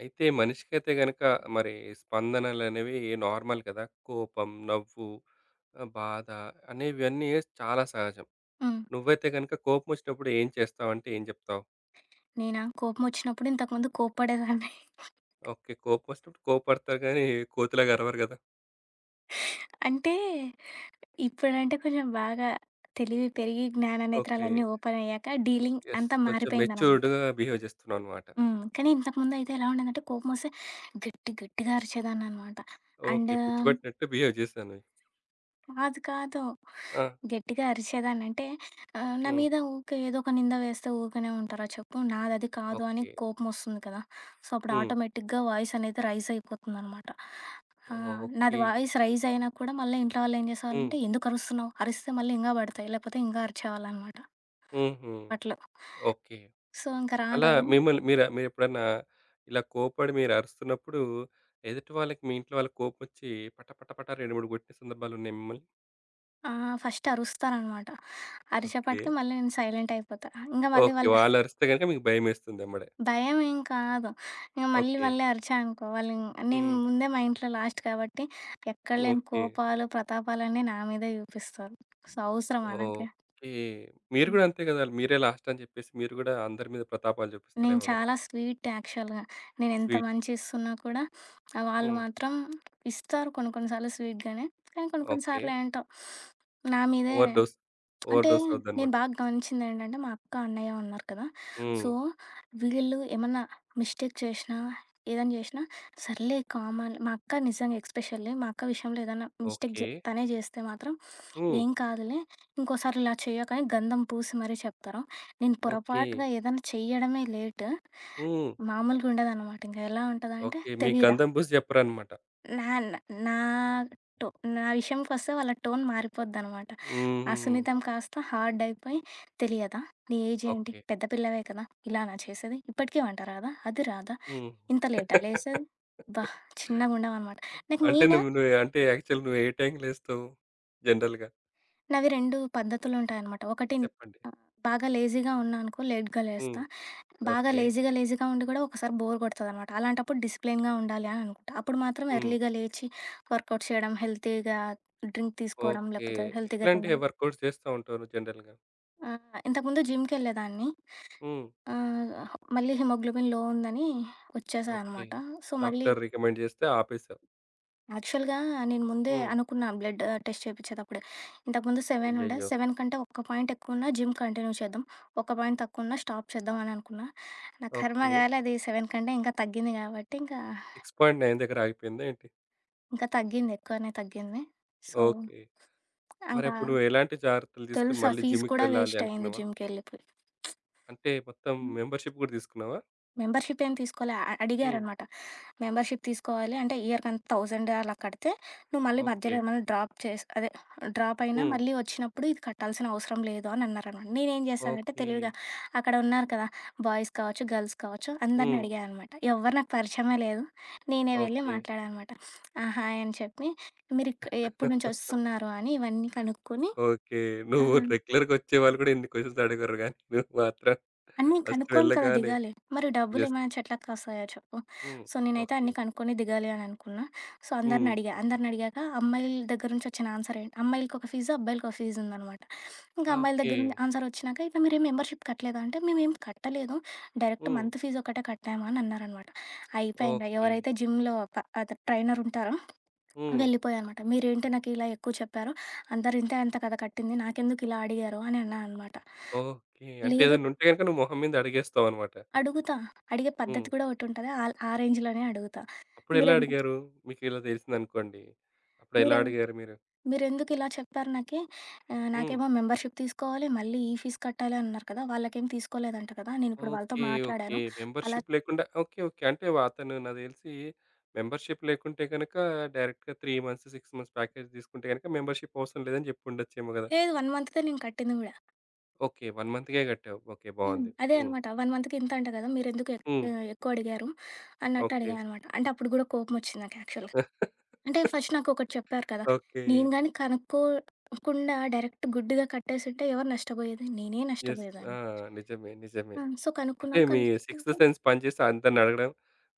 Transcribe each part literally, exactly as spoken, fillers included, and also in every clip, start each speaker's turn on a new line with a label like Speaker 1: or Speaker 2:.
Speaker 1: అయితే మనిషికైతే గనక మరి స్పందనలనేవి నార్మల్ కదా! కోపం, నవ్వు, ఆహ్, బాధ అనేవన్నీ చాలా సహజం.
Speaker 2: హ్మ్.
Speaker 1: నువ్వైతే గనక కోపమొచ్చినప్పుడు ఏం చేస్తావంటే ఏం జెప్తావు?
Speaker 2: నేనా? కోపమొచ్చినప్పుడు ఇంతకుముందు కోప్పడేదాన్ని.
Speaker 1: ఓకే. కోపమొచ్చినప్పుడు కోపడతారు గానీ కోతిలాగా అరవరు గదా!
Speaker 2: అంటే ఇప్పుడంటే కొంచెం బాగా తెలివి పెరిగి జ్ఞాన
Speaker 1: ఓకే.
Speaker 2: నేత్రాలన్నీ ఓపెన్ అయ్యాక డీలింగ్
Speaker 1: యెస్.
Speaker 2: అంతా
Speaker 1: కొంచెం
Speaker 2: మారిపోయిందనమాట.
Speaker 1: మెచ్యూర్డ్‌గా బిహేవ్ జేస్తున్నావనమాట.
Speaker 2: హ్మ్. కానీ ఇంతకుముందయితే ఎలా ఉండేదంటే కోపమొస్తే గట్టి గట్టిగా అరిచేదాన్ననమాట. And
Speaker 1: okay. పిచ్చి పట్టినట్టు బిహేవ్ జేశాను.
Speaker 2: కాదు కాదు.
Speaker 1: ఆ!
Speaker 2: గట్టిగా అరిచేదాన్ని. అంటే ఆహ్, నా
Speaker 1: హ్మ్.
Speaker 2: మీద ఊకే ఏదో ఒక నింద వేస్తే ఊకనే ఉంటారా చెప్పు. నాదది కాదు అని
Speaker 1: ఓకే.
Speaker 2: కోపమొస్తుంది కదా! సో, అప్పుడు
Speaker 1: హ్మ్.
Speaker 2: ఆటోమేటిక్‌గా వాయిస్ అనేది రైజ్ అయిపోతుందనమాట. ఆ! నాది
Speaker 1: ఓకే.
Speaker 2: వాయిస్ రైజ్ అయినా కూడా మళ్ళీ ఇంట్లో వాళ్ళేం
Speaker 1: హ్మ్.
Speaker 2: చేసేవాళ్ళంటే, "ఎందుకు అరుస్తున్నావు? అరిస్తే మళ్ళీ ఇంగా పడతాయి. లేకపోతే ఇంగా అరిచేవాళ్ళనమాట
Speaker 1: హుహు.
Speaker 2: అప్పట్లో."
Speaker 1: ఓకే.
Speaker 2: సో, ఇంక రాను
Speaker 1: అలా
Speaker 2: రాను
Speaker 1: మిమ్మల్ని మీరు మీరెప్పుడన్నా ఇలా కోప్పడి మీరరుస్తున్నప్పుడు, ఎదుటి వాళ్ళకి మీ ఇంట్లో వాళ్ళకి కోపమొచ్చి పట పట పట రెండు, మూడు కొట్టిన సందర్భాలున్నాయా మిమ్మల్ని?
Speaker 2: ఆ! ఫస్ట్ అరుస్తారనమాట.
Speaker 1: ఓకే.
Speaker 2: అరిచేపాటికి మళ్ళీ నేను సైలెంట్ అయిపోతా. ఇంగా మళ్ళీ
Speaker 1: ఓకే.
Speaker 2: వాళ్ళు
Speaker 1: వాళ్ళరిస్తే గనుక మీకు భయమేస్తుంది ఎమ్మడే.
Speaker 2: భయం ఏం కాదు. ఇంక మళ్ళీ
Speaker 1: ఓకే.
Speaker 2: మళ్ళీ అరిచా అనుకో వాళ్ళు ఇం- నేను
Speaker 1: హ్మ్.
Speaker 2: ముందే మా ఇంట్లో లాస్ట్ కాబట్టి ఎక్కడ లేని
Speaker 1: ఓకే.
Speaker 2: కోపాలు, ప్రతాపాలన్నీ నా మీదే చూపిస్తారు. సో, అవసరమా నాకి?
Speaker 1: ఓకే. మీరు
Speaker 2: హ్మ్.
Speaker 1: గూడా అంతే గదా! మీరే లాస్ట్ అని జెప్పేసి మీరు గూడా అందరి మీద ప్రతాపాలు
Speaker 2: నేను
Speaker 1: చూపిస్తారేమో గదా!
Speaker 2: చాలా స్వీట్ యాక్చువల్‌గా. నేను ఎంత
Speaker 1: స్వీట్.
Speaker 2: మంచి ఇస్తున్నా కూడా ఆహ్, వాళ్ళు
Speaker 1: హ్మ్.
Speaker 2: మాత్రం ఇస్తారు కొన్ని కొన్ని సార్లు స్వీట్‌గానే. కానీ కొన్ని కొన్ని
Speaker 1: ఓకే.
Speaker 2: సార్లు ఏంటో నా మీదే
Speaker 1: ఓవర్ డోస్. ఓవర్
Speaker 2: అంటే
Speaker 1: డోస్
Speaker 2: నేను
Speaker 1: అవుద్దనమాట.
Speaker 2: బాగా గమనించిందేంటంటే, మా అక్క, అన్నయ్య ఉన్నారు కదా! హ్మ్.
Speaker 1: హ్మ్.
Speaker 2: సో, వీళ్ళు ఏమన్నా మిస్టేక్ చేషినా, ఏదన్నా చేషినా, సర్లే కామన్ మా అక్క నిజంగా ఎక్స్పెషల్లీ మా అక్క విషయంలో ఏదన్నా మిస్టేక్
Speaker 1: ఓకే.
Speaker 2: జె తనే జేస్తే మాత్రం,
Speaker 1: హ్మ్.
Speaker 2: "ఏం కాదులే, ఇంకోసారి ఇలా చెయ్యకని" గంధం పూసి మరీ చెప్తారు. నేను
Speaker 1: ఓకే.
Speaker 2: పొరపాటుగా ఏదన్నా చెయ్యడమే లేటు,
Speaker 1: హ్మ్.
Speaker 2: మామూలుగా ఉండదనమాట. ఇంక ఎలా ఉంటదంటే
Speaker 1: ఓకే. మీ
Speaker 2: తెలీదా?
Speaker 1: గంధం పూసి జెప్పరనమాట.
Speaker 2: నా నా నా టో నా విషయంకొస్తే వాళ్ళ టోన్ మారిపోద్దనమాట. ఆ
Speaker 1: హుహు.
Speaker 2: సున్నితం కాస్త హార్డ్ అయిపోయి, "తెలియదా? నీ ఏజ్ ఏంటి?
Speaker 1: ఓకే.
Speaker 2: పెద్ద పిల్లవే కదా! ఇలానా చేసేది? ఇప్పటికీ వంట రాదా? అది రాదా?
Speaker 1: హ్మ్.
Speaker 2: ఇంత లేటా లేసేది? అబ్బా! చిన్నగుండవనమాట." నాకు
Speaker 1: అంటే
Speaker 2: మెయిన్
Speaker 1: నువ్వు నువ్వు అంటే యాక్చువల్ నువ్వు ఏ టైంకి లేస్తావు జనరల్‌గా?
Speaker 2: నావి రెండు పద్ధతులుంటాయనమాట. ఒకటి
Speaker 1: చెప్పండి.
Speaker 2: ఆహ్, బాగా లేజీగా ఉన్నా అనుకో లేట్‌గా
Speaker 1: హ్మ్.
Speaker 2: లేస్తా. బాగా
Speaker 1: ఓకే.
Speaker 2: లేజీగా, లేజీగా ఉండి కూడా ఒకసారి బోర్ కొడతదనమాట. అలాంటప్పుడు డిసిప్లిన్‌గా ఉండాలి అని అనుకుంటా. అప్పుడు మాత్రం
Speaker 1: హ్మ్.
Speaker 2: ఎర్లీగా లేచి వర్కౌట్ చేయడం, హెల్తీగా డ్రింక్ తీసుకోవడం,
Speaker 1: ఓకే.
Speaker 2: లేకపోతే హెల్తీగా తినడం.
Speaker 1: ఎట్లాంటి వర్కౌట్స్ చేస్తా ఉంటావు నువ్వు జనరల్‌గా?
Speaker 2: ఆహ్, ఇంతకుముందు జిమ్‌కెళ్ళేదాన్ని.
Speaker 1: హ్మ్.
Speaker 2: ఆహ్, మళ్ళీ హిమోగ్లోబిన్ లో ఉందని వచ్చేసా
Speaker 1: ఓకే.
Speaker 2: అనమాట. సో, మళ్ళీ
Speaker 1: డాక్టర్ రికమెండ్ చేస్తే ఆపేసావు.
Speaker 2: యాక్చువల్‌గా నేను ముందే
Speaker 1: హ్మ్.
Speaker 2: అనుకున్నా బ్లడ్ ఆహ్, టెస్ట్ చేపిచ్చేటప్పుడే. ఇంతకుముందు ఏడు ఉండే.
Speaker 1: అయ్యయ్యో!
Speaker 2: ఏడు కంటే ఒక్క పాయింట్ ఎక్కువున్నా జిమ్ కంటిన్యూ చేద్దాం. ఒక పాయింట్ తక్కువున్నా స్టాప్ చేద్దాం అని అనుకున్నా. నా
Speaker 1: ఓకే.
Speaker 2: కర్మగాలి అది ఏడు కంటే ఇంకా తగ్గింది కాబట్టి ఇంకా,
Speaker 1: ఆరు పాయింట్ తొమ్మిది దగ్గర ఆగిపోయిందా ఏంటి?
Speaker 2: ఇంకా తగ్గింది. ఎక్కువనే తగ్గింది. So,
Speaker 1: okay.
Speaker 2: ఇంకా
Speaker 1: మరప్పుడు నువ్వు ఎలాంటి జాగ్రత్తలు తీసుకొని
Speaker 2: తెలుసు ఆ
Speaker 1: మళ్ళీ
Speaker 2: ఫీజు
Speaker 1: జిమ్‌కి
Speaker 2: కూడా
Speaker 1: వెళ్ళాలి
Speaker 2: వేస్ట్ అయింది
Speaker 1: అనుకున్నావా?
Speaker 2: జిమ్‌కెళ్ళిపోయి.
Speaker 1: అంటే మొత్తం మెంబర్‌షిప్ కూడా తీసుకున్నావా?
Speaker 2: మెంబర్‌షిప్ ఏం తీసుకోలే. అ
Speaker 1: హ్మ్.
Speaker 2: అడిగారనమాట. మెంబర్‌షిప్ తీసుకోవాలి అంటే ఇయర్‌కంత వెయ్యి అలా కడితే నువ్వు మళ్ళీ
Speaker 1: ఓకే.
Speaker 2: మధ్యలో ఏమైనా డ్రాప్ చేసి అదే డ్రాప్ అయినా
Speaker 1: హ్మ్.
Speaker 2: మళ్ళీ వచ్చినప్పుడు ఇది కట్టాల్సిన అవసరం లేదు అని అన్నారనమాట. నేనేం చేశానంటే
Speaker 1: ఓకే.
Speaker 2: తెలివిగా అక్కడ ఉన్నారు కదా! బాయ్స్ కావచ్చు, గర్ల్స్ కావచ్చు అందరిని
Speaker 1: హ్మ్.
Speaker 2: అడిగాననమాట. ఎవ్వరు నాకు పరిచయమే లేదు. నేనే వెళ్ళి
Speaker 1: ఓకే.
Speaker 2: మాట్లాడాననమాట. ఆ! హాయ్ అని చెప్పి మీరు ఇక్ ఎప్పటి నుంచి వస్తున్నారు అని ఇవన్నీ కనుక్కొని
Speaker 1: ఓకే. నువ్వు
Speaker 2: ఆహ్
Speaker 1: రెగ్యులర్‌గా వచ్చేవాళ్ళు కూడా ఇన్ని క్వెషన్స్ అడగరు గానీ, నువ్వు మాత్రం
Speaker 2: అన్నీ
Speaker 1: ఫస్ట్
Speaker 2: కనుక్కోని కదా
Speaker 1: వెళ్ళగానే
Speaker 2: దిగాలి. మరి
Speaker 1: జస్ట్
Speaker 2: డబ్బులేమైనా చెట్లకు కాస్తాయా చెప్పు?
Speaker 1: హ్మ్.
Speaker 2: సో, నేనైతే
Speaker 1: ఓకే.
Speaker 2: అన్నీ కనుక్కొని దిగాలి అని అనుకున్నా. సో, అందరిని
Speaker 1: హ్మ్.
Speaker 2: అడిగా. అందరిని అడిగాక అమ్మాయిల దగ్గర నుంచి వచ్చిన ఆన్సర్ ఏంటి అమ్మాయిలకొక ఫీజు, అబ్బాయిలకొక ఫీజు ఉందనమాట. ఇంకా
Speaker 1: ఆ!
Speaker 2: అమ్మాయిల
Speaker 1: ఓకే.
Speaker 2: దగ్గర నుండి ఆన్సర్ వచ్చినాక, "ఇట్లా మీరేం మెంబర్‌షిప్ కట్టలేదా?" అంటే, "మేమేం కట్టలేదు. డైరెక్ట్
Speaker 1: హ్మ్.
Speaker 2: మంత్ ఫీజు ఒకటే కట్టాము" అని అన్నారనమాట. అయిపోయింది.
Speaker 1: ఓకే.
Speaker 2: ఎవరైతే జిమ్‌లో ప అదే ట్రైనర్ ఉంటారో
Speaker 1: హ్మ్.
Speaker 2: వెళ్ళిపోయా అనమాట. "మీరేంటి నాకు ఇలా ఎక్కువ చెప్పారు. అందరు ఇంతే అంత కదా కట్టింది. నాకెందుకు ఇలా అడిగారు" అని అన్నా అనమాట.
Speaker 1: ఓకే. అంటే
Speaker 2: లేదు
Speaker 1: ఏదైనా ఉంటే గనుక నువ్వు మొహం మీద అడిగేస్తావన్నమాట.
Speaker 2: అడుగుతా. అడిగే
Speaker 1: హ్మ్.
Speaker 2: పద్ధతి కూడా ఒకటుంటది. ఆల్ ఆ రేంజ్‌లోనే అడుగుతా.
Speaker 1: అప్పుడెలా
Speaker 2: మీరెన్
Speaker 1: అడిగారు? మీకిలా తెలిసిందనుకోండి. అప్పుడెలా
Speaker 2: మీరెన్
Speaker 1: అడిగారు మీరు?
Speaker 2: మీరెందుకిలా చెప్పారు నాకి? ఆహ్,
Speaker 1: హ్మ్.
Speaker 2: నాకేమో మెంబర్‌షిప్ తీసుకోవాలి, మళ్ళీ ఈ ఫీస్ కట్టాలి అన్నారు కదా! వాళ్ళకేం తీసుకోలేదంట కదా! నేనిప్పుడు వాళ్ళతో
Speaker 1: ఓకే. ఓకే.
Speaker 2: మాట్లాడాను. అలా
Speaker 1: మెంబర్‌షిప్ లేకుండా ఓకే. ఓకే. అంటే వ అతను నాకు తెలిసి మెంబర్‌షిప్ లేకుంటే గనక డైరెక్ట్‌గా మూడు మంత్స్, ఆరు మంత్స్ ప్యాకేజ్ తీసుకుంటే గనక మెంబర్‌షిప్ అవసరం లేదని జెప్పుండొచ్చేమో గదా!
Speaker 2: లేదు ఒక మంత్‌దే నేను కట్టింది గూడా.
Speaker 1: ఓకే. ఒక మంత్‌కే గట్టావు. ఓకే.
Speaker 2: హ్మ్.
Speaker 1: బావుంది.
Speaker 2: అదే
Speaker 1: హ్మ్.
Speaker 2: అనమాట. ఒక మంత్‌కి ఇంత అంట కదా! మీరెందుకు ఎక్
Speaker 1: హ్మ్.
Speaker 2: ఆహ్, ఎక్కువ అడిగారు అన్నట్టు
Speaker 1: ఓకే.
Speaker 2: అడిగా అనమాట. అంటే అప్పుడు గూడా కోపమొచ్చింది నాకు యాక్చువల్‌గా. అంటే ఫస్ట్ నాకొకటి చెప్పారు కదా!
Speaker 1: ఓకే.
Speaker 2: నేను గాని కనుక్కోకుండా డైరెక్ట్ గుడ్డిగా కట్టేసుంటే ఎవరు నష్టపోయేది? నేనే
Speaker 1: యెస్. ఆ!
Speaker 2: నష్టపోయేదాన్ని.
Speaker 1: నిజమే. నిజమే.
Speaker 2: ఆ! సో,
Speaker 1: అంటే
Speaker 2: కనుక్కున్నాను.
Speaker 1: మీ సిక్స్త్
Speaker 2: కనుక్కున్నాక
Speaker 1: సెన్స్ పనిచేసి అందరిని అడగడం,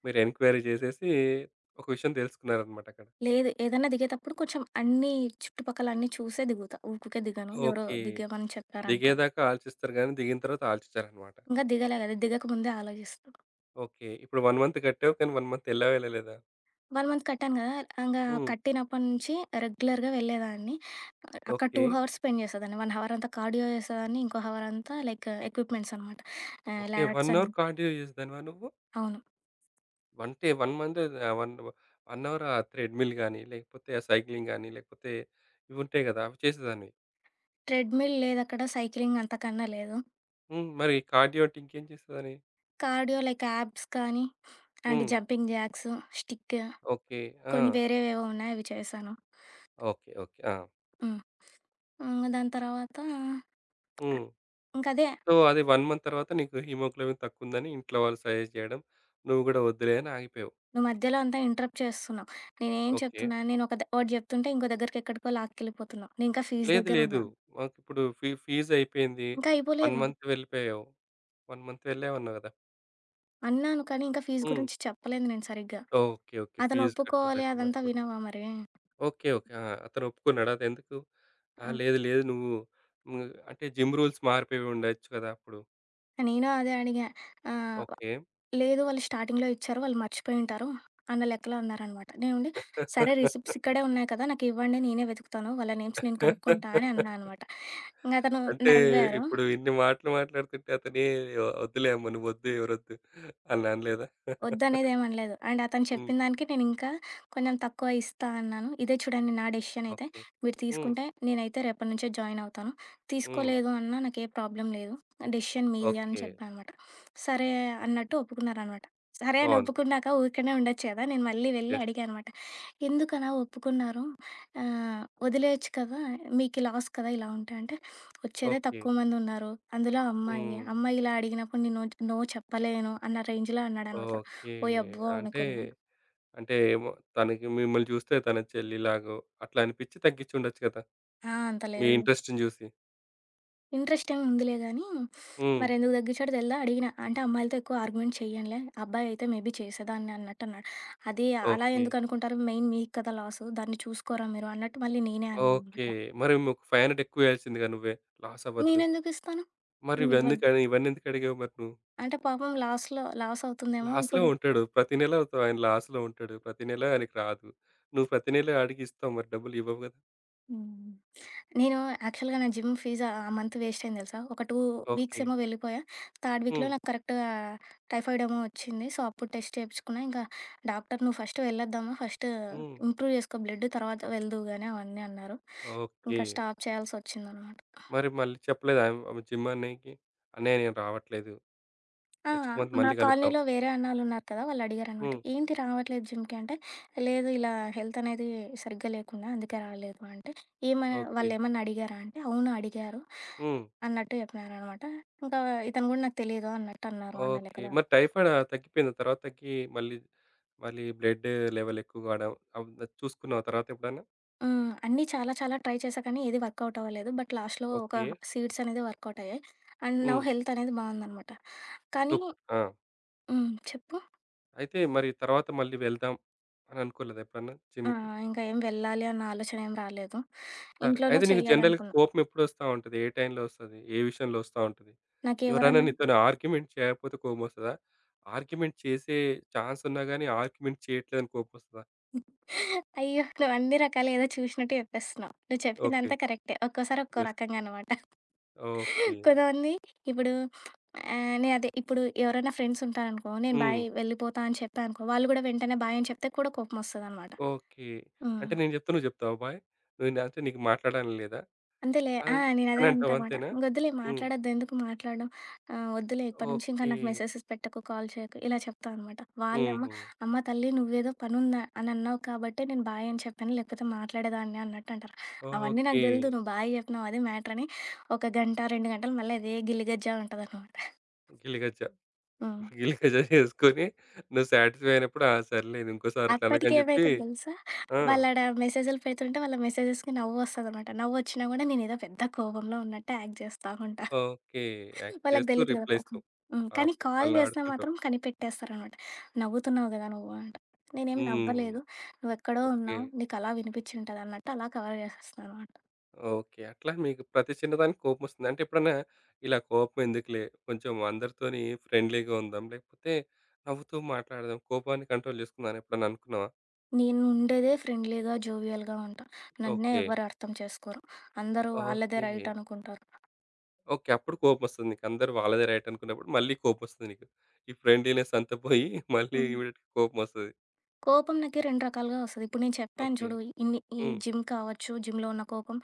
Speaker 1: మీరు ఎంక్వైరీ చేసేసి ఒక విషయం తెలుసుకున్నారనమాట అక్కడ.
Speaker 2: లేదు. ఏదైనా దిగేతప్పుడు కొంచెం అన్నీ చుట్టుపక్కల అన్నీ చూసే దిగుతా. ఊకుకే దిగను. ఎవరో
Speaker 1: ఓకే.
Speaker 2: దిగమని చెప్పారనుకో.
Speaker 1: దిగేదాకా ఆలోచిస్తారు గానీ, దిగిన తర్వాత ఆలోచించరనమాట.
Speaker 2: ఇంకా దిగలే కదా! దిగక ముందే ఆలోచిస్తా.
Speaker 1: ఓకే. ఇప్పుడు ఒక మంత్ కట్టావు. కానీ ఒక మంత్ ఎళ్ళావా? ఎళ్ళలేదా?
Speaker 2: ఒక మంత్ కట్టాను కదా! ఇంగా
Speaker 1: హ్మ్.
Speaker 2: కట్టినప్పటి నుంచి రెగ్యులర్‌గా వెళ్ళేదాన్ని. అక్కడ రెండు
Speaker 1: ఓకే.
Speaker 2: హవర్స్ స్పెండ్ చేసేదాన్ని. ఒక హవర్ అంతా కార్డియో చేసేదాన్ని. ఇంకో హవర్ అంతా లైక్ ఎక్విప్‌మెంట్స్ అనమాట. ఆహ్,
Speaker 1: ఓకే. ఒక
Speaker 2: లాడెట్స్ అని
Speaker 1: అవర్ కార్డియో చేసేదానివా నువ్వు?
Speaker 2: అవును.
Speaker 1: అంటే ఒక మంత్ ఆహ్, ఒక ఒక అవర్ ఆ థ్రెడ్‌మిల్ గాని, లేకపోతే ఆ సైక్లింగ్ గాని, లేకపోతే ఇవి ఉంటాయి కదా! అవి చేసేదానివి.
Speaker 2: ట్రెడ్‌మిల్ లేదక్కడ. సైక్లింగ్ అంతకన్నా లేదు.
Speaker 1: హ్మ్. మరి కార్డియో అంటే ఇంకేం చేసేదానివి?
Speaker 2: కార్డియో లైక్ యాబ్స్ కానీ అండ్
Speaker 1: హ్మ్.
Speaker 2: Jumping jacks, stick
Speaker 1: okay. ఆ!
Speaker 2: కొన్ని వేరేవేవో ఉన్నాయి. అవి చేశాను.
Speaker 1: ఓకే. ఓకే. ఆ!
Speaker 2: హ్మ్. హ్మ్. దాని తర్వాత
Speaker 1: హ్మ్.
Speaker 2: ఇంకదే
Speaker 1: సో, అది ఒక మంత్ తర్వాత నీకు హిమోగ్లోబిన్ తక్కువుందని ఇంట్లో వాళ్ళు సజెస్ట్ చేయడం, నువ్వు కూడా వద్దులే అని ఆగిపోయావు.
Speaker 2: నువ్వు మధ్యలో అంతా ఇంటరప్ట్ చేస్తున్నావు. నేనేం
Speaker 1: ఓకే.
Speaker 2: చెప్తున్నా, నేను ఒక ద ఒకటి చెప్తుంటే ఇంకో దగ్గరికి ఎక్కడికో లాక్కెళ్ళిపోతున్నావు. నేను ఇంకా ఫీజు
Speaker 1: లేదు. లేదు.
Speaker 2: దగ్గరున్నా.
Speaker 1: మాకిప్పుడు ఫీ ఫీజయిపోయింది.
Speaker 2: ఇంకా
Speaker 1: ఒక
Speaker 2: అయిపోలేదు.
Speaker 1: మంత్ వెళ్ళిపోయావు. ఒక మంత్ వెళ్ళావన్నావు గదా!
Speaker 2: అన్నాను కానీ ఇంకా ఫీజు
Speaker 1: హ్మ్.
Speaker 2: గురించి చెప్పలేదు నేను సరిగ్గా.
Speaker 1: ఓకే. ఓకే.
Speaker 2: అతను
Speaker 1: ఫీజు కట్టు
Speaker 2: ఒప్పుకోవాలి
Speaker 1: అయితే
Speaker 2: అదంతా
Speaker 1: మరిప్పుడు.
Speaker 2: వినవా మరి?
Speaker 1: ఓకే. ఓకే. ఆ! అతను ఒప్పుకున్నాడా అదెందుకు? ఆ!
Speaker 2: ఆ!
Speaker 1: లేదు. లేదు. నువ్వు హ్మ్. అంటే జిమ్ రూల్స్ మారిపోయి ఉండొచ్చు గదా! అప్పుడు.
Speaker 2: నేను అదే అడిగా. ఆహ్
Speaker 1: ఓకే.
Speaker 2: లేదు. వాళ్ళు స్టార్టింగ్‌లో ఇచ్చారు. వాళ్ళు మర్చిపోయుంటారు అన్న లెక్కలో అన్నారనమాట. నేనుండి సరే రిసిప్ట్స్ ఇక్కడే ఉన్నాయి కదా! నాకివ్వండి నేనే వెతుకుతాను. వాళ్ళ నేమ్స్ నేను కనుక్కుంటా అని అన్నా అనమాట. ఇంగతను
Speaker 1: అంటే
Speaker 2: నవ్వారు.
Speaker 1: ఇప్పుడు ఇన్ని మాటలు మాట్లాడుతుంటే అతనే వద్దులే అమ్మ నువ్వొద్దు ఎవరొద్దు అని అనలేదా?
Speaker 2: వద్దనేది ఏమనలేదు. అండ్ అతను
Speaker 1: హ్మ్.
Speaker 2: చెప్పిన దానికి నేనింకా కొంచెం తక్కువ ఇస్తా అన్నాను. ఇదే చూడండి నా డెసిషన్ అయితే.
Speaker 1: ఓకే.
Speaker 2: మీరు
Speaker 1: హ్మ్.
Speaker 2: తీసుకుంటే నేనైతే రేపటి నుంచే జాయిన్ అవుతాను.
Speaker 1: హ్మ్.
Speaker 2: తీసుకోలేదు అన్నా నాకే ప్రాబ్లమ్ లేదు. డెసిషన్ మీది అని
Speaker 1: ఓకే.
Speaker 2: చెప్పా అనమాట. సరే అన్నట్టు ఒప్పుకున్నారనమాట. సరే అని
Speaker 1: బావుంది.
Speaker 2: ఒప్పుకున్నాక ఊరికనే ఉండొచ్చు కదా! నేను మళ్ళీ వెళ్లి
Speaker 1: యెస్.
Speaker 2: అడిగా అనమాట. ఎందుకలా ఒప్పుకున్నారు? ఆహ్, వదిలేయొచ్చు కదా! మీకు లాస్ కదా ఇలా ఉంటే అంటే, వచ్చేదే
Speaker 1: ఓకే.
Speaker 2: తక్కువ మందున్నారు. అందులో అమ్మాయి.
Speaker 1: హ్మ్.
Speaker 2: అమ్మాయి ఇలా అడిగినప్పుడు నేను నో చెప్పలేను అన్న రేంజ్‌లో అన్నాడనమాట.
Speaker 1: ఓకే.
Speaker 2: ఓయబ్బో!
Speaker 1: అంటే,
Speaker 2: అనుకున్నా.
Speaker 1: అంటే ఏమో తనకి మిమ్మల్ని చూస్తే తన చెల్లిలాగో అట్లా అనిపిచ్చి తగ్గించుండొచ్చు కదా!
Speaker 2: ఆ! అంత
Speaker 1: మీ
Speaker 2: లేదు.
Speaker 1: ఇంట్రెస్ట్‌ని జూసి.
Speaker 2: ఇంట్రెస్టేమి ఉందిలే గానీ,
Speaker 1: హ్మ్.
Speaker 2: మరెందుకు తగ్గించాడో తెల్దా అడిగినా. అంటే, "అమ్మాయిలతో ఎక్కువ ఆర్గ్యుమెంట్ చెయ్యనులే. అబ్బాయి అయితే మేబీ చేసేదాన్ని" అన్నట్టన్నాడు. అది అలా
Speaker 1: ఓకే.
Speaker 2: ఎందుకనుకుంటారు, మెయిన్ మీకు కదా లాసు. దాన్ని చూసుకోరా మీరు అన్నట్టు మళ్ళీ నేనే అన్నా
Speaker 1: ఓకే.
Speaker 2: అనమాట.
Speaker 1: మరి ఒక ఐదు వందలు ఎక్కువేయాల్సిందిగా నువ్వే. లాస్ అవ్వద్దు.
Speaker 2: నేనెందుకిస్తాను?
Speaker 1: మరి
Speaker 2: నేనివ్వను.
Speaker 1: ఇవెందుకని ఇవన్నెందుకు అడిగావు మరి నువ్వు?
Speaker 2: అంటే పాపం లాస్‌లో లాసవుతుందేమో
Speaker 1: లాస్‌లో
Speaker 2: ఇప్పుడు.
Speaker 1: ఉంటాడు. ప్రతి నెల త ఆయన లాస్‌లో ఉంటాడు. ప్రతి నెల ఆయనకి రాదు. నువ్వు ప్రతి నెల అడిగి ఇస్తావు మరి డబ్బులు ఇవ్వవు గదా!
Speaker 2: హ్మ్. నేను యాక్చువల్‌గా నా జిమ్ ఫీజ్ ఆ మంత్ వేస్ట్ అయింది తెలుసా! ఒక రెండు వీక్స్
Speaker 1: ఓకే.
Speaker 2: ఏమో వెళ్ళిపోయా. థర్డ్ వీక్‌లో
Speaker 1: హ్మ్.
Speaker 2: నాకు కరెక్ట్‌గా టైఫాయిడ్ ఏమో వచ్చింది. సో, అప్పుడు టెస్ట్ చేపించుకున్నా. ఇంకా డాక్టర్ "నువ్వు ఫస్ట్ వెళ్ళొద్దమ్మా. ఫస్ట్
Speaker 1: హ్మ్.
Speaker 2: ఇంప్రూవ్ చేసుకో బ్లడ్ తర్వాత వెళ్దువు గాని" అవన్నీ అన్నారు.
Speaker 1: ఓకే.
Speaker 2: ఇంకా స్టాప్ చేయాల్సొచ్చిందనమాట.
Speaker 1: మరి మళ్ళీ చెప్పలేదా ఆమె ఆమె జిమ్ అన్నయ్యకి? "అన్నయ్య నేను రావట్లేదు."
Speaker 2: ఆ!
Speaker 1: నెక్స్ట్ మంత్
Speaker 2: మా
Speaker 1: మళ్ళీ కలుద్దాం.
Speaker 2: కాలనీలో వేరే అన్నాలున్నారు కదా! వాళ్ళడిగారనమాట.
Speaker 1: హ్మ్.
Speaker 2: "ఏంటి రావట్లేదు జిమ్‌కి" అంటే, "లేదు ఇలా హెల్త్ అనేది సరిగ్గా లేకుండా అందుకే రాలేదు" అంటే, "ఏమని
Speaker 1: ఓకే.
Speaker 2: వాళ్ళేమన్నా అడిగారా?" అంటే, "అవును అడిగారు"
Speaker 1: హ్మ్.
Speaker 2: అన్నట్టు చెప్పినారనమాట. ఇంకా ఇతను కూడా నాకు తెలీదు అన్నట్టు అన్నారు అన్న
Speaker 1: ఓకే.
Speaker 2: లెక్కలో.
Speaker 1: మరి టైఫాయిడ్ ఆహ్, తగ్గిపోయిందా? తర్వాత తగ్గి మళ్ళీ, మళ్ళీ బ్లడ్ లెవెల్ ఎక్కువ కావడం అవ్ చూసుకున్నావా తర్వాత ఎప్పుడన్నా?
Speaker 2: హ్మ్. అన్నీ చాలా చాలా ట్రై చేశా కానీ ఏది వర్కౌట్ అవ్వలేదు. బట్ లాస్ట్‌లో ఒక
Speaker 1: ఓకే.
Speaker 2: సీడ్స్ అనేది వర్కౌట్ అయ్యాయి. అండ్ నౌ
Speaker 1: హ్మ్.
Speaker 2: హెల్త్ అనేది బావుందనమాట. కానీ
Speaker 1: సూపర్. ఆ!
Speaker 2: హ్మ్. చెప్పు?
Speaker 1: అయితే మరి తర్వాత మళ్ళీ వెళ్దాం అని అనుకోలేదా ఎప్పుడన్నా
Speaker 2: ఆ!
Speaker 1: జిమ్‌కి?
Speaker 2: ఇంకా ఏం వెళ్ళాలి అన్న ఆలోచన ఏం రాలేదు.
Speaker 1: సరే.
Speaker 2: ఇంట్లోనే
Speaker 1: అయితే నీకు జనరల్‌గా
Speaker 2: చేయాలనుకున్నా.
Speaker 1: కోపం ఎప్పుడొస్తా ఉంటది? ఏ టైంలో వస్తది? ఏ విషయంలో వస్తా ఉంటది? ఎవరైనా
Speaker 2: నాకెవరన్నా
Speaker 1: నీతోని ఆర్గ్యుమెంట్ చేయకపోతే కోపమొస్తదా? ఆర్గ్యుమెంట్ చేసే ఛాన్స్ ఉన్నా గాని ఆర్గ్యుమెంట్ చేయట్లేదని కోపమొస్తదా?
Speaker 2: అయ్యో! నువ్వు అన్ని రకాలు ఏదో చూసినట్టు చెప్పేస్తున్నావు. నువ్వు
Speaker 1: ఓకే.
Speaker 2: చెప్పిందంతా కరెక్టే. ఒక్కోసారి ఒక్కో
Speaker 1: జస్ట్
Speaker 2: రకంగా అనమాట.
Speaker 1: ఓకే.
Speaker 2: కొంతమంది ఇప్పుడు ఆహ్, నేను అదే ఇప్పుడు ఎవరైనా ఫ్రెండ్స్ ఉంటారనుకో, నేను
Speaker 1: హ్మ్.
Speaker 2: బాయ్ వెళ్ళిపోతా అని చెప్పా అనుకో, వాళ్ళు కూడా వెంటనే బాయ్ అని చెప్తే కూడా కోపమొస్తదనమాట.
Speaker 1: ఓకే.
Speaker 2: హ్మ్.
Speaker 1: అంటే నేను చెప్తే నువ్వు చెప్తావా బాయ్? నువ్వు నా అంటే నీకు మాట్లాడని లేదా?
Speaker 2: అంతేలే. ఆ!
Speaker 1: అన్
Speaker 2: నేనదే
Speaker 1: అని
Speaker 2: అంటా
Speaker 1: అంటావు
Speaker 2: మాట.
Speaker 1: అంతేనా?
Speaker 2: ఇంగొద్దులే
Speaker 1: హ్మ్.
Speaker 2: మాట్లాడొద్దు. ఎందుకు మాట్లాడడం? ఆహ్, వద్దులే ఇప్పటి నుంచి ఇంకా
Speaker 1: ఓకే.
Speaker 2: నాకు మెసేజెస్ పెట్టకు, కాల్ చేయకు ఇలా చెప్తా అనమాట. వాళ్ళేమో
Speaker 1: హుహు.
Speaker 2: అమ్మ తల్లి నువ్వేదో పనుందా అని అన్నావు కాబట్టే నేను బాయ్ అని చెప్పాను. లేకపోతే మాట్లాడేదాన్ని అన్నట్టు అంటారు. అవన్నీ నాకు
Speaker 1: ఓకే.
Speaker 2: తెలీదు. నువ్వు బాయ్ చెప్పినావు అదే మ్యాటర్ అని ఒక గంట, రెండు గంటలు మళ్ళీ అదే గిల్లిగజ్జా ఉంటదనమాట.
Speaker 1: గిలిగజ్జ.
Speaker 2: హ్మ్.
Speaker 1: గిలిగజ్జ చేసుకొని నువ్వు సాటిస్ఫై అయినప్పుడు ఆ! సర్లే ఇది ఇంకోసారి అట్లా
Speaker 2: అప్పటికి
Speaker 1: అనకని చెప్పి
Speaker 2: ఏమైతది తెలుసా?
Speaker 1: ఆ!
Speaker 2: వాళ్ళాడ మెసేజులు పెడుతుంటే వాళ్ళ మెసేజెస్‌కి నవ్వొస్తదనమాట. నవ్వొచ్చినా గూడా నేనేదో పెద్ద కోపంలో ఉన్నట్టే యాక్ట్ జేస్తా ఉంటా.
Speaker 1: ఓకే. యాక్ట్
Speaker 2: వాళ్ళకి
Speaker 1: చేస్తూ
Speaker 2: తెలీదు కదా
Speaker 1: రిప్లై
Speaker 2: పాపం.
Speaker 1: ఇస్తావు.
Speaker 2: హ్మ్. కానీ
Speaker 1: పాపం
Speaker 2: కాల్
Speaker 1: వాళ్ళని
Speaker 2: చేస్తే
Speaker 1: ఆడుకుంటావు.
Speaker 2: మాత్రం కనిపెట్టేస్తారనమాట. నవ్వుతున్నావు గదా నువ్వు అంట. నేనేమి
Speaker 1: హ్మ్.
Speaker 2: నవ్వలేదు. నువ్వెక్కడో
Speaker 1: ఓకే.
Speaker 2: ఉన్నావు. నీకలా వినిపించుంటది అన్నట్టు అలా కవర్ చేసేస్తాననమాట.
Speaker 1: ఓకే. అట్లా మీకు ప్రతి చిన్నదానికి కోపమొస్తుంది. అంటే ఎప్పుడన్నా ఇలా కోపం ఎందుకులే కొంచెం అందరితోని ఫ్రెండ్లీగా ఉందాం, లేకపోతే నవ్వుతూ మాట్లాడదాం, కోపాన్ని కంట్రోల్ జేసుకుందాం అని ఎప్పుడన్నా అనుకున్నావా?
Speaker 2: నేను ఉండేదే ఫ్రెండ్లీగా, జోవియల్‌గా ఉంటా. నన్నే
Speaker 1: ఓకే.
Speaker 2: ఎవ్వరు అర్థం చేసుకోరు. అందరూ వాళ్ళదే
Speaker 1: ఓకే.
Speaker 2: రైట్ అనుకుంటారు.
Speaker 1: ఓకే. అప్పుడు కోపమొస్తది నీకు. అందరూ వాళ్ళదే రైట్ అనుకున్నప్పుడు మళ్ళీ కోపమొస్తది నీకు. ఈ ఫ్రెండ్లీనెస్ అంతా పోయి మళ్ళీ
Speaker 2: హ్మ్.
Speaker 1: వీడికి కోపమొస్తది.
Speaker 2: కోపం నాకు రెండు రకాలుగా వస్తది. ఇప్పుడు నేను చెప్పాను
Speaker 1: ఓకే.
Speaker 2: చూడు, ఇన్ని ఈ
Speaker 1: హ్మ్.
Speaker 2: జిమ్ కావచ్చు, జిమ్‌లో ఉన్న కోపం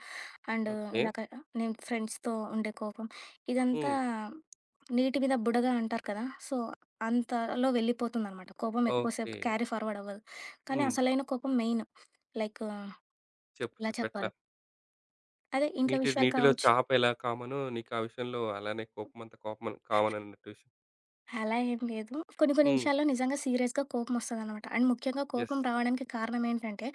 Speaker 2: అండ్
Speaker 1: ఓకే.
Speaker 2: ఇందాక నేను ఫ్రెండ్స్‌తో ఉండే కోపం. ఇదంతా
Speaker 1: హ్మ్.
Speaker 2: నీటి మీద బుడగ అంటారు కదా! సో, అంతలో వెళ్ళిపోతుందనమాట. కోపం ఎక్కువ
Speaker 1: ఓకే.
Speaker 2: సేపు క్యారీ ఫార్వర్డ్ అవ్వదు. కానీ
Speaker 1: హ్మ్.
Speaker 2: అసలైన కోపం మెయిన్. లైక్
Speaker 1: చెప్పు
Speaker 2: ఎలా
Speaker 1: చెప్పు ఎట్లా?
Speaker 2: చెప్పాలి? అదే ఇంట్లో
Speaker 1: నీటి
Speaker 2: విషయాలు
Speaker 1: నీటిలో
Speaker 2: కావచ్చు
Speaker 1: చాప ఎలా కామనో నీకా విషయంలో అలానే కోపమంతా కామన్ కామన్ అన్నట్టు విషయం.
Speaker 2: అలా ఏం లేదు. కొన్ని కొన్ని
Speaker 1: హ్మ్.
Speaker 2: విషయాల్లో నిజంగా సీరియస్‌గా కోపమొస్తదనమాట. అండ్ ముఖ్యంగా
Speaker 1: యెస్.
Speaker 2: కోపం రావడానికి కారణం ఏంటంటే,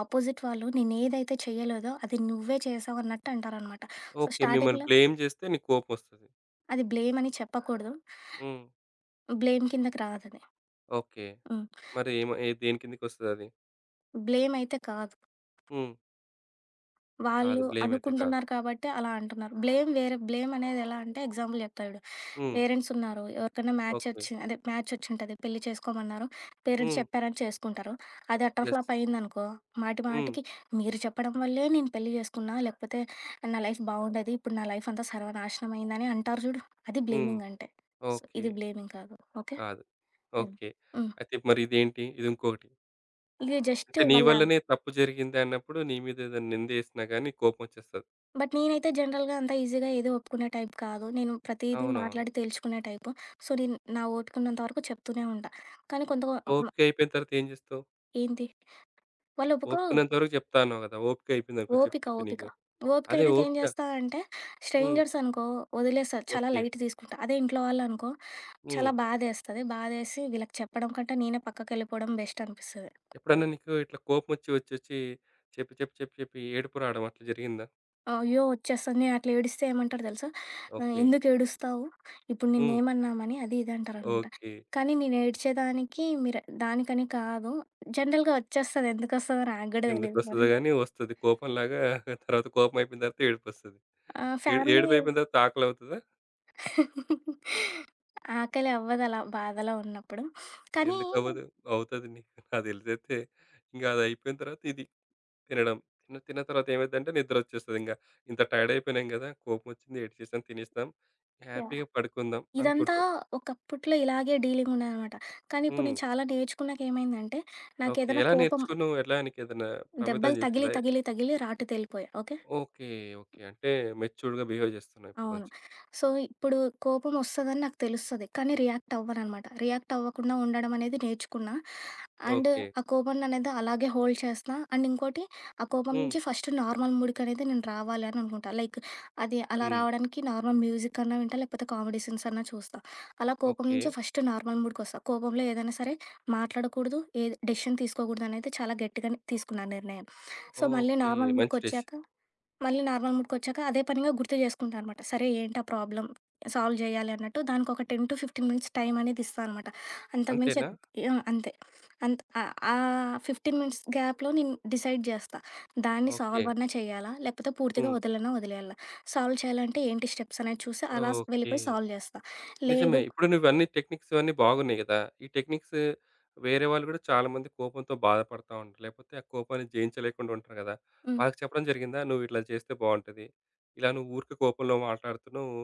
Speaker 2: ఆపోజిట్ వాళ్ళు నేనేదైతే చేయలేదో అది నువ్వే చేశావు అన్నట్టు అంటారనమాట. సో, హ్మ్.
Speaker 1: ఓకే. మిమ్మల్ని
Speaker 2: స్టార్టింగ్‌లో
Speaker 1: బ్లేమ్ జేస్తే నీకు కోపమొస్తది.
Speaker 2: అది బ్లేమ్ అని చెప్పకూడదు.
Speaker 1: హ్మ్.
Speaker 2: బ్లేమ్ కిందకి రాదది.
Speaker 1: ఓకే.
Speaker 2: హ్మ్.
Speaker 1: మరి ఏమ ఏ దేని కిందకొస్తదది?
Speaker 2: బ్లేమ్ అయితే కాదు.
Speaker 1: హ్మ్. కాదు.
Speaker 2: వాళ్ళు
Speaker 1: బ్లేమ్ అయితే కాదు.
Speaker 2: అనుకుంటున్నారు కాబట్టి అలా అంటున్నారు. బ్లేమ్ వేరే బ్లేమ్ అనేది ఎలా అంటే ఎగ్జాంపుల్ చెప్తా చూడు.
Speaker 1: హ్మ్.
Speaker 2: పేరెంట్స్ ఉన్నారు. ఎవరికైనా మ్యాచ్
Speaker 1: ఓకే.
Speaker 2: వచ్చి అదే మ్యాచ్ వచ్చుంటది. పెళ్లి చేసుకోమన్నారు. పేరెంట్స్
Speaker 1: హ్మ్.
Speaker 2: చెప్పారని చేసుకుంటారు. అది అటర్
Speaker 1: యెస్.
Speaker 2: ఫ్లాప్ అయిందనుకో, మాటి
Speaker 1: హ్మ్.
Speaker 2: మాటికి మీరు చెప్పడం వల్లే నేను పెళ్లి చేసుకున్నా. లేకపోతే నా లైఫ్ బాగుండేది. ఇప్పుడు నా లైఫ్ అంతా సర్వనాశనం అయిందని అంటారు చూడు. అది
Speaker 1: హ్మ్.
Speaker 2: బ్లేమింగ్ అంటే. So,
Speaker 1: okay.
Speaker 2: ఇది బ్లేమింగ్ కాదు. ఓకే.
Speaker 1: కాదు. ఓకే.
Speaker 2: హ్మ్.
Speaker 1: అయితే మరి ఇదేంటి? ఇది ఇంకొకటి.
Speaker 2: ఇది జస్ట్
Speaker 1: అంటే నీ
Speaker 2: వాళ్ళ
Speaker 1: వల్లనే తప్పు జరిగింది అన్నప్పుడు నీ మీద ఏదైనా నిందేసినా గాని కోపమొచ్చేస్తది.
Speaker 2: బట్ నేనైతే జనరల్‌గా అంత ఈజీగా ఏది ఒప్పుకునే టైప్ కాదు. నేను ప్రతీదీ
Speaker 1: అవునవును.
Speaker 2: మాట్లాడి తేల్చుకునే టైపు. సో, నేను నా ఓపికున్నంత వరకు చెప్తూనే ఉంటా. కానీ కొంత మ
Speaker 1: ఓపిక అయిపోయిన తర్వాత ఏం జేస్తావు?
Speaker 2: ఏంటి వాళ్ళు ఒప్పుకోరు.
Speaker 1: ఓపికన్నంత వరకు జెప్తా అన్నావు గదా! ఓపిక అయిపోయిందనుకో చెప్పి
Speaker 2: ఓపిక,
Speaker 1: చెప్పి
Speaker 2: ఓపిక.
Speaker 1: నీకు.
Speaker 2: ఓపిక
Speaker 1: అదే
Speaker 2: అయినాక ఏం
Speaker 1: ఓపిక
Speaker 2: చేస్తా అంటే
Speaker 1: హ్మ్.
Speaker 2: స్ట్రేంజర్స్ అనుకో వదిలేస్తా. చాలా
Speaker 1: ఓకే.
Speaker 2: లైట్ తీసుకుంటా. అదే ఇంట్లో వాళ్ళనుకో
Speaker 1: హ్మ్.
Speaker 2: చాలా బాధేస్తది. బాధేసి వీళ్ళకి చెప్పడం కంటే నేనే పక్కకెళ్ళిపోవడం బెస్ట్ అనిపిస్తది.
Speaker 1: ఎప్పుడన్నా నీకు ఇట్లా కోపమొచ్చి వచ్చొచ్చి చెప్పి, చెప్పి, చెప్పి, చెప్పి ఏడుపు రావడం అట్లా జరిగిందా?
Speaker 2: అయ్యో! వచ్చేస్తది. నేను అట్లా ఏడిస్తే ఏమంటారు తెలుసా? ఆహ్,
Speaker 1: ఓకే.
Speaker 2: "ఎందుకు ఏడుస్తావు? ఇప్పుడు
Speaker 1: హ్మ్.
Speaker 2: నిన్నేమన్నామని?" అది ఇది అంటారనమాట.
Speaker 1: ఓకే.
Speaker 2: కానీ నేను ఏడ్చేదానికి మీరు దానికని కాదు. జనరల్‌గా వచ్చేస్తది. ఎందుకొస్తదో నాకు గూడా తెలీదు మరి.
Speaker 1: ఎందుకొస్తదో గానీ వస్తది. కోపంలాగా తర్వాత కోపం అయిపోయిన తర్వాత ఏడుపొస్తది.
Speaker 2: ఆ!
Speaker 1: ఏడు
Speaker 2: ఫ్యామిలీ
Speaker 1: ఏడుపయిపోయిన తర్వాత ఆకలవుతదా?
Speaker 2: ఆకలి అవ్వదలా బాధలో ఉన్నప్పుడు. కానీ
Speaker 1: ఎందుకవ్వదు? అవుతది నీకు నాకు తెలిసైతే. ఇంక అదయిపోయిన తర్వాత ఇది తినడం. తిన్న తిన్న తర్వాత ఏమైద్దంటే నిద్రొచ్చేస్తదింక. ఇంత టైర్డ్ అయిపోయినాం గదా! కోపమొచ్చింది, ఏడ్చేసాం, తినేసాం,
Speaker 2: యాహ్!
Speaker 1: హ్యాపీగా పడుకుందాం
Speaker 2: ఇదంతా
Speaker 1: అనుకుంటావు.
Speaker 2: ఒకప్పట్లో ఇలాగే డీలింగ్ ఉండేదనమాట. కానీ ఇప్పుడు
Speaker 1: హ్మ్.
Speaker 2: నేను చాలా నేర్చుకున్నాక ఏమైందంటే,
Speaker 1: ఓకే.
Speaker 2: నాకేదైనా
Speaker 1: ఎలా
Speaker 2: కోపం
Speaker 1: నేర్చుకున్నావు? ఎలా నీకేదైనా ప్రభావితం
Speaker 2: దెబ్బలు తగిలి,
Speaker 1: చేసిందా?
Speaker 2: తగిలి, తగిలి రాటు తేలిపోయా. ఓకే.
Speaker 1: ఓకే. ఓకే. అంటే మెచ్యూర్డ్‌గా బిహేవ్ చేస్తున్నావు ఇప్పుడు
Speaker 2: అవును.
Speaker 1: కొంచెం.
Speaker 2: సో, ఇప్పుడు కోపమొస్తదని నాకు తెలుస్తది. కానీ రియాక్ట్ అవ్వననమాట. రియాక్ట్ అవ్వకుండా ఉండడం అనేది నేర్చుకున్నా. And
Speaker 1: okay.
Speaker 2: ఆ కోపాన్ననేది అలాగే హోల్డ్ చేస్తా. అండ్ ఇంకోటి ఆ కోపం
Speaker 1: హ్మ్.
Speaker 2: నుంచి ఫస్ట్ నార్మల్ మూడ్‌కనేది నేను రావాలి అని అనుకుంటా. లైక్ అది అలా
Speaker 1: హ్మ్.
Speaker 2: రావడానికి నార్మల్ మ్యూజిక్ అన్నా వింటా, లేకపోతే కామెడీ సీన్స్ అన్నా చూస్తా. అలా కోపం
Speaker 1: ఓకే.
Speaker 2: నుంచి ఫస్ట్ నార్మల్ మూడ్‌కొస్తా. కోపంలో ఏదైనా సరే మాట్లాడకూడదు, ఏది డెసిషన్ తీసుకోకూడదనేది చాలా గట్టిగానే తీసుకున్నా నిర్ణయం. సో, మళ్ళీ
Speaker 1: ఓకే.
Speaker 2: నార్మల్
Speaker 1: మంచి
Speaker 2: మూడ్‌కొచ్చాక
Speaker 1: డెసిషన్.
Speaker 2: మళ్ళీ నార్మల్ మూడ్‌కొచ్చాక అదే పనిగా గుర్తు చేసుకుంటా అనమాట. సరే ఏంటా ప్రాబ్లమ్? సాల్వ్ చేయాలి అన్నట్టు దానికొక పది పదిహేను మినిట్స్ టైం అనేది ఇస్తా అనమాట. అంతకు మించి
Speaker 1: అంతేనా?
Speaker 2: ఎక్ యాహ్! అంతే. అంత్ ఆహ్, ఆ పదిహేను మినిట్స్ గ్యాప్‌లో నేను డిసైడ్ చేస్తా. దాన్ని
Speaker 1: ఓకే.
Speaker 2: సాల్వ్ అన్నా చేయాలా? లేకపోతే పూర్తిగా
Speaker 1: హ్మ్.
Speaker 2: వదలనా? వదిలేయాలా? సాల్వ్ చేయాలంటే ఏంటి స్టెప్స్ అనేది చూసి అలా స్
Speaker 1: ఓకే.
Speaker 2: వెళ్ళిపోయి సాల్వ్ చేస్తా.
Speaker 1: నిజమే.
Speaker 2: లేదు
Speaker 1: ఇప్పుడు నువ్వన్నీ టెక్నిక్స్ ఇవన్నీ బాగున్నాయి కదా! ఈ టెక్నిక్స్ వేరే వాళ్ళు కూడా చాలామంది కోపంతో బాధపడతా ఉంటారు. లేకపోతే ఆ కోపాన్ని జయించలేకుండా ఉంటారు కదా!
Speaker 2: హ్మ్.
Speaker 1: వాళ్ళకి చెప్పడం జరిగిందా? "నువ్వు ఇట్లా చేస్తే బావుంటది. ఇలా నువ్వు ఊరికే కోపంలో మాట్లాడుతున్నావు.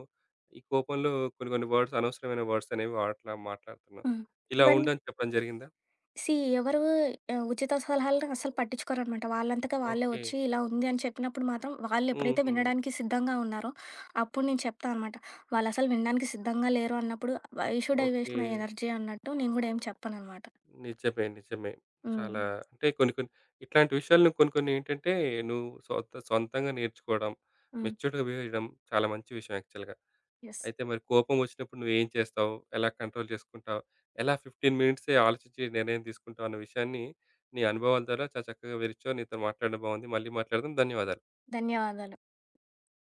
Speaker 1: ఈ కోపంలో కొన్ని కొన్ని వర్డ్స్ అనవసరమైన వర్డ్స్ అనేవి వాట్లా మాట్లాడుతున్నావు.
Speaker 2: హ్మ్.
Speaker 1: ఇలా
Speaker 2: ఇవన్నీ
Speaker 1: ఉండు" అని చెప్పడం జరిగిందా?
Speaker 2: సీ ఎవరు ఆహ్, ఉచిత సలహాలను అస్సలు పట్టించుకోరనమాట. వాళ్ళంతక వాళ్ళే
Speaker 1: ఓకే.
Speaker 2: వచ్చి ఇలా ఉంది అని చెప్పినప్పుడు మాత్రం వాళ్ళు ఎప్పుడైతే
Speaker 1: హుహు.
Speaker 2: వినడానికి సిద్ధంగా ఉన్నారో, అప్పుడు నేను చెప్తా అనమాట. వాళ్ళసలు వినడానికి సిద్ధంగా లేరు అన్నప్పుడు, why should I waste
Speaker 1: okay.
Speaker 2: My energy అన్నట్టు నేను గూడా ఏం చెప్పననమాట.
Speaker 1: నిజమే. నిజమే.
Speaker 2: హ్మ్.
Speaker 1: చాలా అంటే కొన్ని కొన్ని ఇట్లాంటి విషయాలను కొన్ని కొన్ని ఏంటంటే నువ్వు సొంత సొంతంగా నేర్చుకోవడం,
Speaker 2: హ్మ్.
Speaker 1: మెచ్యూర్డ్‌గా బిహేవ్ చేయడం చాలా మంచి విషయం యాక్చువల్‌గా.
Speaker 2: యెస్.
Speaker 1: అయితే మరి కోపం వచ్చినప్పుడు నువ్వేం చేస్తావు? ఎలా కంట్రోల్ చేసుకుంటావు? ఎలా పదిహేను మినిట్సే ఆలోచించి నిర్ణయం తీసుకుంటావు అన్న విషయాన్ని నీ అనుభవాల ద్వారా చాలా చక్కగా వివరించావు. నీతో మాట్లాడడం బాగుంది. మళ్ళీ మాట్లాడదాం. ధన్యవాదాలు.
Speaker 2: ధన్యవాదాలు.